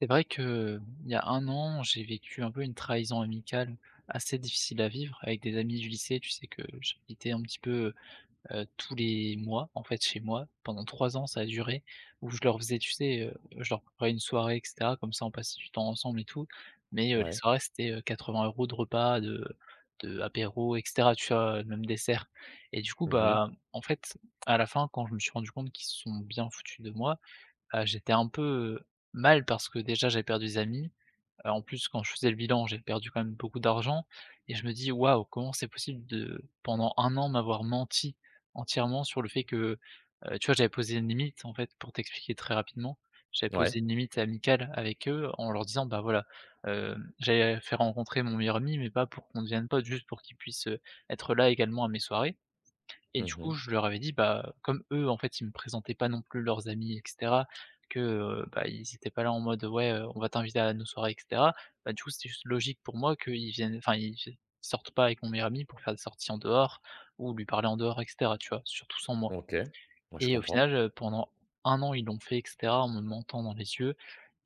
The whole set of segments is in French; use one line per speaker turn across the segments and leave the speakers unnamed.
C'est vrai que il y a un an, j'ai vécu un peu une trahison amicale assez difficile à vivre avec des amis du lycée. Tu sais que j'habitais un petit peu, tous les mois, en fait, chez moi. Pendant 3 ans, ça a duré, où je leur faisais, tu sais, je leur préparais une soirée et cetera, comme ça on passait du temps ensemble et tout. Mais, les
Ouais.
soirées, c'était, 80 € de repas, de apéro et cetera, tu vois? Même dessert. Et du coup,
Mmh.
bah, en fait, à la fin, quand je me suis rendu compte qu'ils se sont bien foutus de moi, j'étais un peu mal parce que déjà j'avais perdu des amis. En plus quand je faisais le bilan, j'ai perdu quand même beaucoup d'argent et je me dis: «Waouh, comment c'est possible de pendant un an m'avoir menti entièrement sur le fait que». Tu vois, j'avais posé une limite en fait pour t'expliquer très rapidement. J'avais
Ouais.
posé une limite amicale avec eux en leur disant: «Bah, voilà, j'avais fait rencontrer mon meilleur ami mais pas pour qu'on devienne potes, juste pour qu'il puisse, être là également à mes soirées». Et du coup,
Mmh.
je leur avais dit, bah, comme eux, en fait, ils me présentaient pas non plus leurs amis et cetera, que, bah, ils étaient pas là en mode: «Ouais, on va t'inviter à nos soirées» et cetera. Bah, du coup, c'était juste logique pour moi qu'ils viennent enfin, ils vi sortent pas avec mon meilleur ami pour faire des sorties en dehors ou lui parler en dehors et cetera, tu vois? Surtout sans moi.
OK. Moi je
Et au final,
comprends.
pendant un an, ils l'ont fait et cetera en me mentant dans les yeux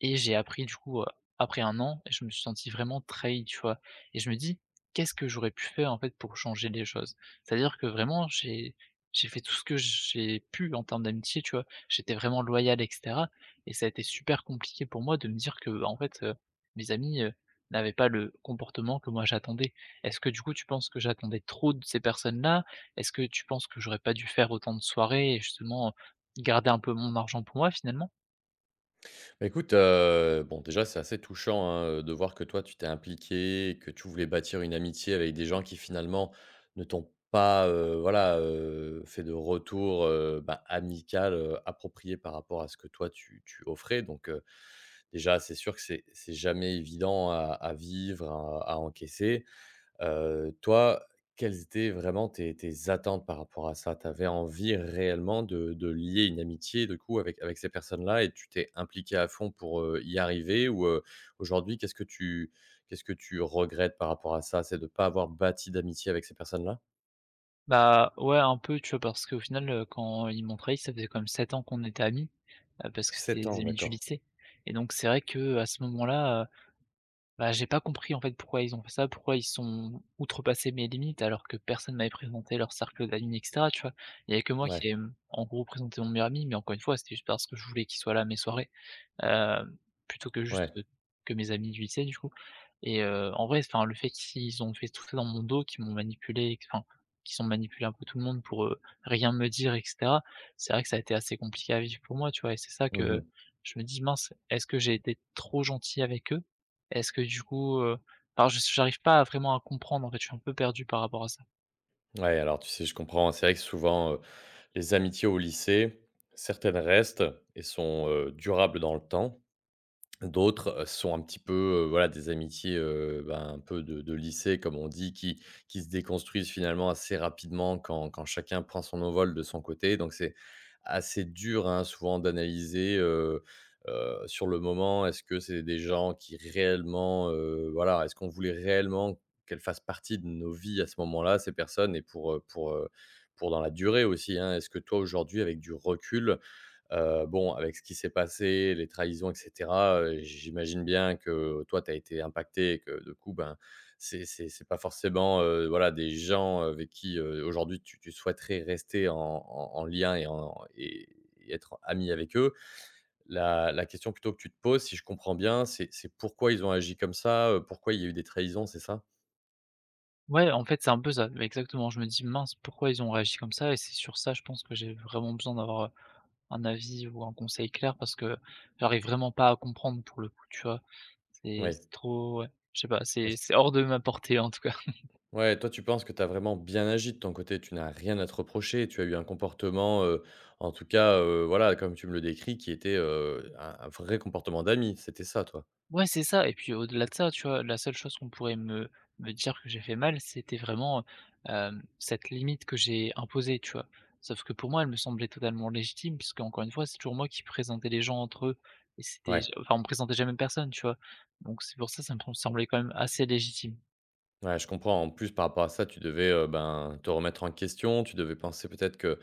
et j'ai appris du coup, après un an et je me suis senti vraiment trahi, tu vois? Et je me dis: «Qu'est-ce que j'aurais pu faire en fait pour changer les choses?» C'est-à-dire que vraiment j'ai fait tout ce que j'ai pu en termes d'amitié, tu vois? J'étais vraiment loyal et cetera et ça a été super compliqué pour moi de me dire que, bah, en fait, mes amis, n'avaient pas le comportement que moi j'attendais. Est-ce que du coup tu penses que j'attendais trop de ces personnes-là? Est-ce que tu penses que j'aurais pas dû faire autant de soirées et justement, garder un peu mon argent pour moi finalement?
Bah, écoute, bon, déjà, c'est assez touchant, hein, de voir que toi, tu t'es impliqué, et que tu voulais bâtir une amitié avec des gens qui, finalement, ne t'ont pas, voilà, fait de retour, bah, amical, approprié par rapport à ce que toi, tu offrais. Déjà, c'est sûr que c'est jamais évident à vivre, à encaisser. Toi, quelles étaient vraiment tes attentes par rapport à ça? Tu avais envie réellement de lier une amitié, du coup, avec ces personnes-là et tu t'es impliqué à fond pour, y arriver? Ou, aujourd'hui, qu'est-ce que tu regrettes par rapport à ça? C'est de ne pas avoir bâti d'amitié avec ces personnes-là?
Bah, ouais un peu, tu vois? Parce qu'au final, quand ils m'ont trahi, ça faisait quand même 7 ans qu'on était amis, parce que c'était
7
des
ans,
amis du
d'accord.
lycée et donc c'est vrai qu'à ce moment-là, bah, j'ai pas compris en fait pourquoi ils ont fait ça, pourquoi ils sont outrepassé mes limites alors que personne m'avait présenté leur cercle d'amis et cetera, tu vois? Il y avait que moi
Ouais,
qui ai, en gros présenté mon meilleur ami, mais encore une fois, c'était juste parce que je voulais qu'il soit là à mes soirées, Hem, plutôt que juste,
ouais.
que mes amis du lycée, du coup. Et en vrai, enfin, le fait qu'ils ont fait tout ça dans mon dos, qu'ils m'ont manipulé, et que enfin, qu'ils ont manipulé un peu tout le monde pour, rien me dire et cetera, c'est vrai que ça a été assez compliqué à vivre pour moi, tu vois? Et c'est ça que
Mmh.
je me dis: «Mince, est-ce que j'ai été trop gentil avec eux?» Est-ce que du coup, alors je j'arrive pas à vraiment à comprendre, en fait, je suis un peu perdu par rapport à ça.
Ouais, alors, tu sais, je comprends, hein. C'est vrai que souvent, les amitiés au lycée, certaines restent et sont, durables dans le temps. D'autres, sont un petit peu, voilà, des amitiés, ben, un peu de lycée comme on dit, qui se déconstruisent finalement assez rapidement quand quand chacun prend son envol de son côté. Donc c'est assez dur, hein, souvent d'analyser, sur le moment, est-ce que c'est des gens qui réellement, voilà, est-ce qu'on voulait réellement qu'elles fassent partie de nos vies à ce moment-là, ces personnes? Et pour, pour dans la durée aussi, hein. Est-ce que toi aujourd'hui avec du recul, bon, avec ce qui s'est passé, les trahisons et cetera, j'imagine bien que toi, tu as été impacté et que, de coup, ben, c'est pas forcément, voilà, des gens avec qui, aujourd'hui, tu souhaiterais rester en en lien et en et être ami avec eux. La question plutôt que tu te poses, si je comprends bien, c'est pourquoi ils ont agi comme ça, pourquoi il y a eu des trahisons, c'est ça?
Ouais, en fait, c'est un peu ça, exactement. Je me dis: «Mince, pourquoi ils ont réagi comme ça?» Et c'est sur ça, je pense que j'ai vraiment besoin d'avoir un avis ou un conseil clair parce que j'arrive vraiment pas à comprendre pour le coup, tu vois? C'est
Oui.
c'est trop, ouais, je sais pas, c'est hors de ma portée en tout cas.
Ouais, toi, tu penses que tu as vraiment bien agi de ton côté, tu n'as rien à te reprocher, tu as eu un comportement, en tout cas, voilà, comme tu me le décris, qui était, un vrai comportement d'ami, c'était ça, toi?
Ouais, c'est ça et puis au-delà de ça, tu vois, la seule chose qu'on pourrait me dire que j'ai fait mal, c'était vraiment, cette limite que j'ai imposée, tu vois? Sauf que pour moi, elle me semblait totalement légitime puisque encore une fois, c'est toujours moi qui présentais les gens entre eux et c'était
Ouais,
enfin, on me présentait jamais personne, tu vois? Donc c'est pour ça, ça me semblait quand même assez légitime.
ouais, je comprends. En plus, par rapport à ça, tu devais, ben, te remettre en question, tu devais penser peut-être que,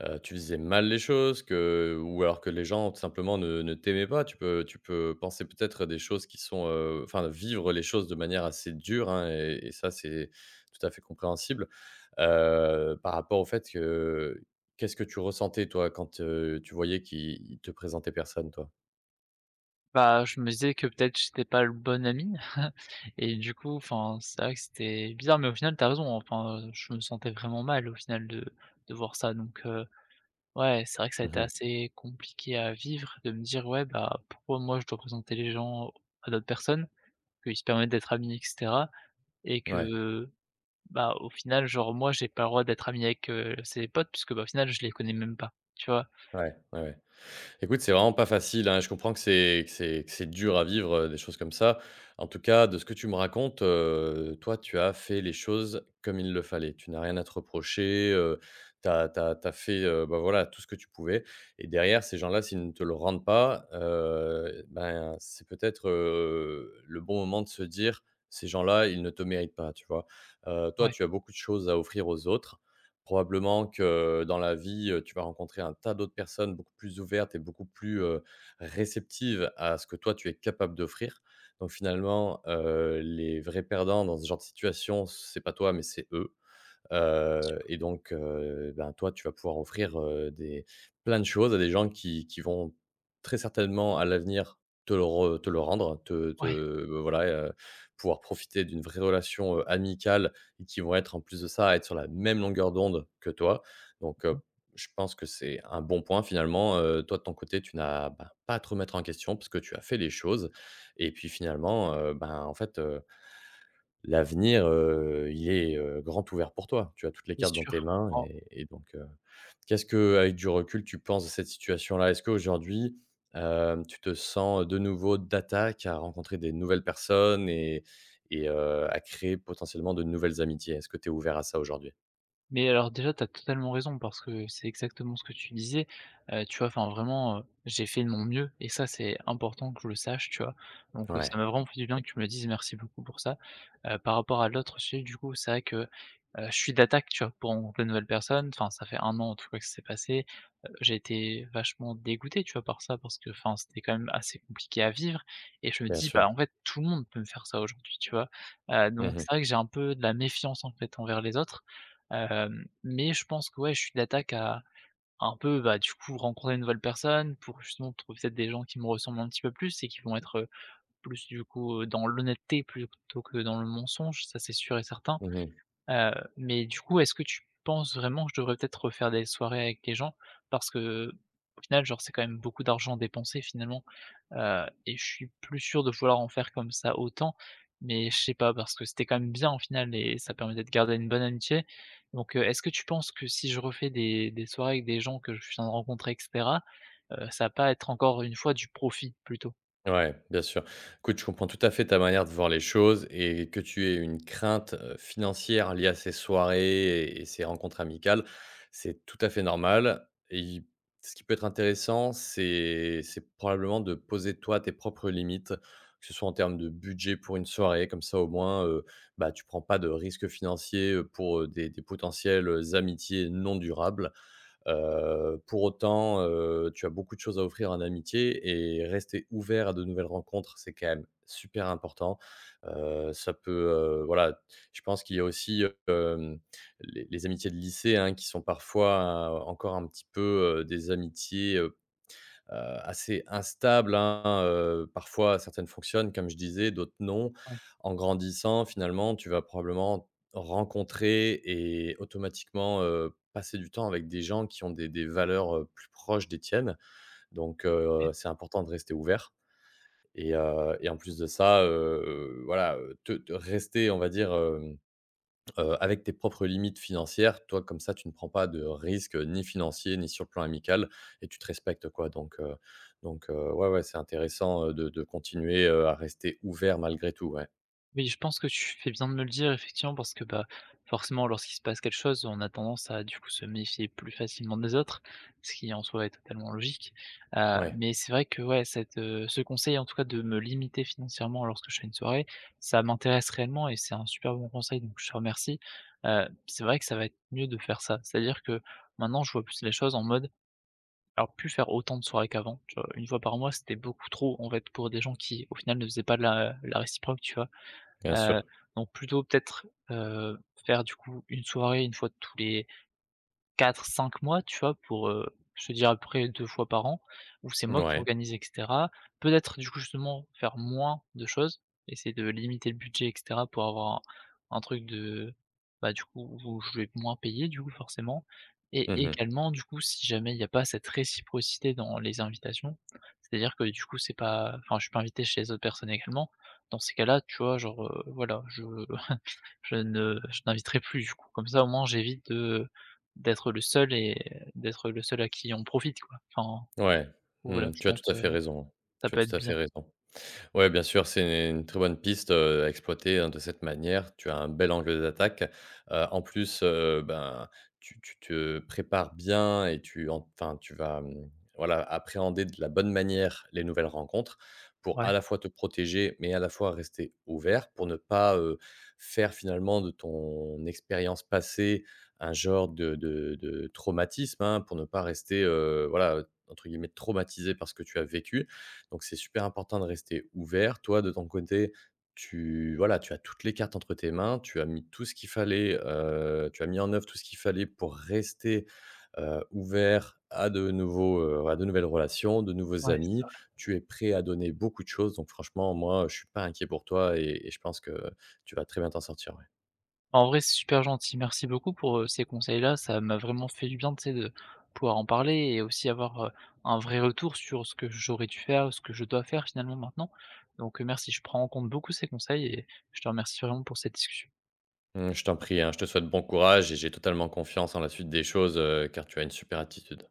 tu faisais mal les choses, que ou alors que les gens, tout simplement, ne ne t'aimaient pas. Tu peux penser peut-être des choses qui sont, enfin, vivre les choses de manière assez dure, hein, et ça, c'est tout à fait compréhensible. Par rapport au fait que qu'est-ce que tu ressentais toi quand, tu voyais qu'il ils te présentait personne toi?
Bah, je me disais que peut-être j'étais pas le bon ami et du coup, enfin, c'est vrai que c'était bizarre, mais au final, t'as raison, enfin, je me sentais vraiment mal au final de voir ça donc, ouais, c'est vrai que ça a été
Mmh.
assez compliqué à vivre de me dire: «Ouais, bah, pourquoi moi je dois présenter les gens à d'autres personnes, qu'ils se permettent d'être amis et cetera et
Ouais,
que, bah, au final, genre moi, j'ai pas le droit d'être ami avec, ses potes puisque, bah, au final, je les connais même pas». Tu vois?
ouais, ouais, ouais. Écoute, c'est vraiment pas facile, hein, je comprends que c'est dur à vivre, des choses comme ça. En tout cas, de ce que tu me racontes, toi, tu as fait les choses comme il le fallait. Tu n'as rien à te reprocher, tu as fait, bah, voilà, tout ce que tu pouvais, et derrière, ces gens-là, s'ils ne te le rendent pas, ben, c'est peut-être, le bon moment de se dire: «Ces gens-là, ils ne te méritent pas», tu vois? Toi,
Ouais,
tu as beaucoup de choses à offrir aux autres. Probablement que dans la vie, tu vas rencontrer un tas d'autres personnes beaucoup plus ouvertes et beaucoup plus, réceptives à ce que toi tu es capable d'offrir. Donc finalement, les vrais perdants dans ce genre de situation, c'est pas toi, mais c'est eux.
c'est sûr,
Ben, toi, tu vas pouvoir offrir, des plein de choses à des gens qui vont très certainement à l'avenir te le rendre,
ouais,
voilà, pouvoir profiter d'une vraie relation, amicale et qui vont être en plus de ça, à être sur la même longueur d'onde que toi. Donc heu, je pense que c'est un bon point finalement, toi de ton côté, tu n'as, bah, pas à te remettre en question parce que tu as fait les choses. Et puis finalement, ben, en fait, l'avenir, il est, grand ouvert pour toi. Tu as toutes les
c'est
cartes dans
sûr.
tes mains, et donc, qu'est-ce que, avec du recul, tu penses de cette situation-là? Est-ce qu'aujourd'hui, hem, tu te sens de nouveau d'attaque à rencontrer des nouvelles personnes, et à créer potentiellement de nouvelles amitiés? Est-ce que tu es ouvert à ça aujourd'hui?
Mais alors déjà, tu as totalement raison parce que c'est exactement ce que tu disais. Tu vois, enfin vraiment, j'ai fait de mon mieux et ça, c'est important que je le sache, tu vois? Donc, ça
Ouais,
m'a vraiment fait du bien que tu me le dises, merci beaucoup pour ça. Par rapport à l'autre sujet, du coup, c'est vrai que, je suis d'attaque, tu vois, pour rencontrer de nouvelles personnes. Enfin, ça fait un an en tout cas que ça s'est passé. J'ai été vachement dégoûté, tu vois, par ça parce que, enfin, c'était quand même assez compliqué à vivre et je me
bien
dis:
sûr.
«Bah, en fait, tout le monde peut me faire ça aujourd'hui», tu vois? Heu,
Mmh
donc c'est
mh.
vrai que j'ai un peu de la méfiance, en fait, envers les autres. Mais je pense que ouais, je suis d'attaque à un peu, bah, du coup, rencontrer une nouvelle personne pour justement trouver peut-être des gens qui me ressemblent un petit peu plus et qui vont être, plus du coup, dans l'honnêteté plutôt que dans le mensonge, ça c'est sûr et certain.
Mmh.
Mais du coup, est-ce que tu penses vraiment que je devrais peut-être refaire des soirées avec les gens? Parce que au final, genre, c'est quand même beaucoup d'argent dépensé finalement, et je suis plus sûr de vouloir en faire comme ça autant. Mais je sais pas, parce que c'était quand même bien au final et ça permettait de garder une bonne amitié. Donc, est-ce que tu penses que si je refais des soirées avec des gens que je viens de rencontrer et cetera, ça va pas être encore une fois du profit plutôt?
Ouais, bien sûr. Écoute, je comprends tout à fait ta manière de voir les choses, et que tu aies une crainte, financière liée à ces soirées et ces rencontres amicales, c'est tout à fait normal. Et il ce qui peut être intéressant, c'est probablement de poser toi tes propres limites, que ce soit en termes de budget pour une soirée, comme ça au moins, bah, tu prends pas de risques financiers, pour, des potentielles amitiés non durables. Pour autant, tu as beaucoup de choses à offrir en amitié, et rester ouvert à de nouvelles rencontres, c'est quand même super important. Ça peut, voilà, je pense qu'il y a aussi, hem, les amitiés de lycée, hein, qui sont parfois encore un petit peu, des amitiés, heu, assez instables, hein, parfois certaines fonctionnent comme je disais, d'autres non.
Ouais.
En grandissant finalement, tu vas probablement rencontrer et automatiquement, passer du temps avec des gens qui ont des valeurs, plus proches des tiennes. C'est important de rester ouvert. Et en plus de ça, voilà, te rester on va dire, hem avec tes propres limites financières. Toi, comme ça, tu ne prends pas de risques, ni financiers, ni sur le plan amical, et tu te respectes, quoi. Ouais, ouais, c'est intéressant, de continuer, à rester ouvert malgré tout, ouais.
Oui, je pense que tu fais bien de me le dire effectivement parce que, bah, forcément lorsqu'il se passe quelque chose, on a tendance à du coup se méfier plus facilement des autres, ce qui en soi est totalement logique. Heu,
Ouais,
mais c'est vrai que ouais, ce conseil en tout cas de me limiter financièrement lorsque je fais une soirée, ça m'intéresse réellement et c'est un super bon conseil donc je te remercie. C'est vrai que ça va être mieux de faire ça. C'est-à-dire que maintenant je vois plus les choses en mode alors plus faire autant de soirées qu'avant, tu vois? 1 fois par mois c'était beaucoup trop en fait pour des gens qui au final ne faisaient pas de la réciproque, tu vois?
bien
Heu,
sûr.
donc plutôt peut-être, faire du coup une soirée, une fois tous les quatre cinq mois, tu vois? Pour, je te dis à peu près 2 fois par an, où c'est moi qui
Ouais.
organise et cetera. Peut-être, du coup, justement, faire moins de choses, essayer de limiter le budget et cetera pour avoir un truc de bah, du coup, où je vais moins payer, du coup, forcément et
Mmh.
également, du coup, si jamais il y a pas cette réciprocité dans les invitations, c'est-à-dire que, du coup, c'est pas enfin, je suis pas invité chez les autres personnes également. Dans ces cas-là, tu vois? Genre, voilà, je je ne je n'inviterai plus, du coup. Comme ça, au moins, j'évite de D'être le seul et d'être le seul à qui on profite, quoi. Enfin,
Ouais.
voilà,
Mmh,
je
tu as
pense,
tout à fait raison.
ça
Tu as
peut être
tout à
bien.
fait raison. Ouais, bien sûr, c'est une très bonne piste, à exploiter, hein, de cette manière. Tu as un bel angle d'attaque. En plus, ben, tu te prépares bien et tu vas, mmh, voilà, appréhender de la bonne manière les nouvelles rencontres, pour
Ouais,
à la fois te protéger, mais à la fois rester ouvert pour ne pas, faire finalement de ton expérience passée un genre de traumatisme, hein, pour ne pas rester, voilà, entre guillemets «traumatisé» par ce que tu as vécu. Donc c'est super important de rester ouvert. Toi, de ton côté, tu as toutes les cartes entre tes mains, tu as mis tout ce qu'il fallait, tu as mis en œuvre tout ce qu'il fallait pour rester, ouvert à de nouveaux, à de nouvelles relations, de nouveaux
ouais, c'est
amis.
vrai.
Tu es prêt à donner beaucoup de choses, donc franchement, moi, je suis pas inquiet pour toi, et je pense que tu vas très bien t'en sortir, ouais.
En vrai, c'est super gentil. Merci beaucoup pour, ces conseils-là. Ça m'a vraiment fait du bien, tu sais, de pouvoir en parler et aussi avoir, un vrai retour sur ce que j'aurais dû faire, ce que je dois faire finalement maintenant. Donc, merci, je prends en compte beaucoup ces conseils et je te remercie vraiment pour cette discussion.
Mmh, je t'en prie, hein, je te souhaite bon courage et j'ai totalement confiance en la suite des choses, car tu as une super attitude.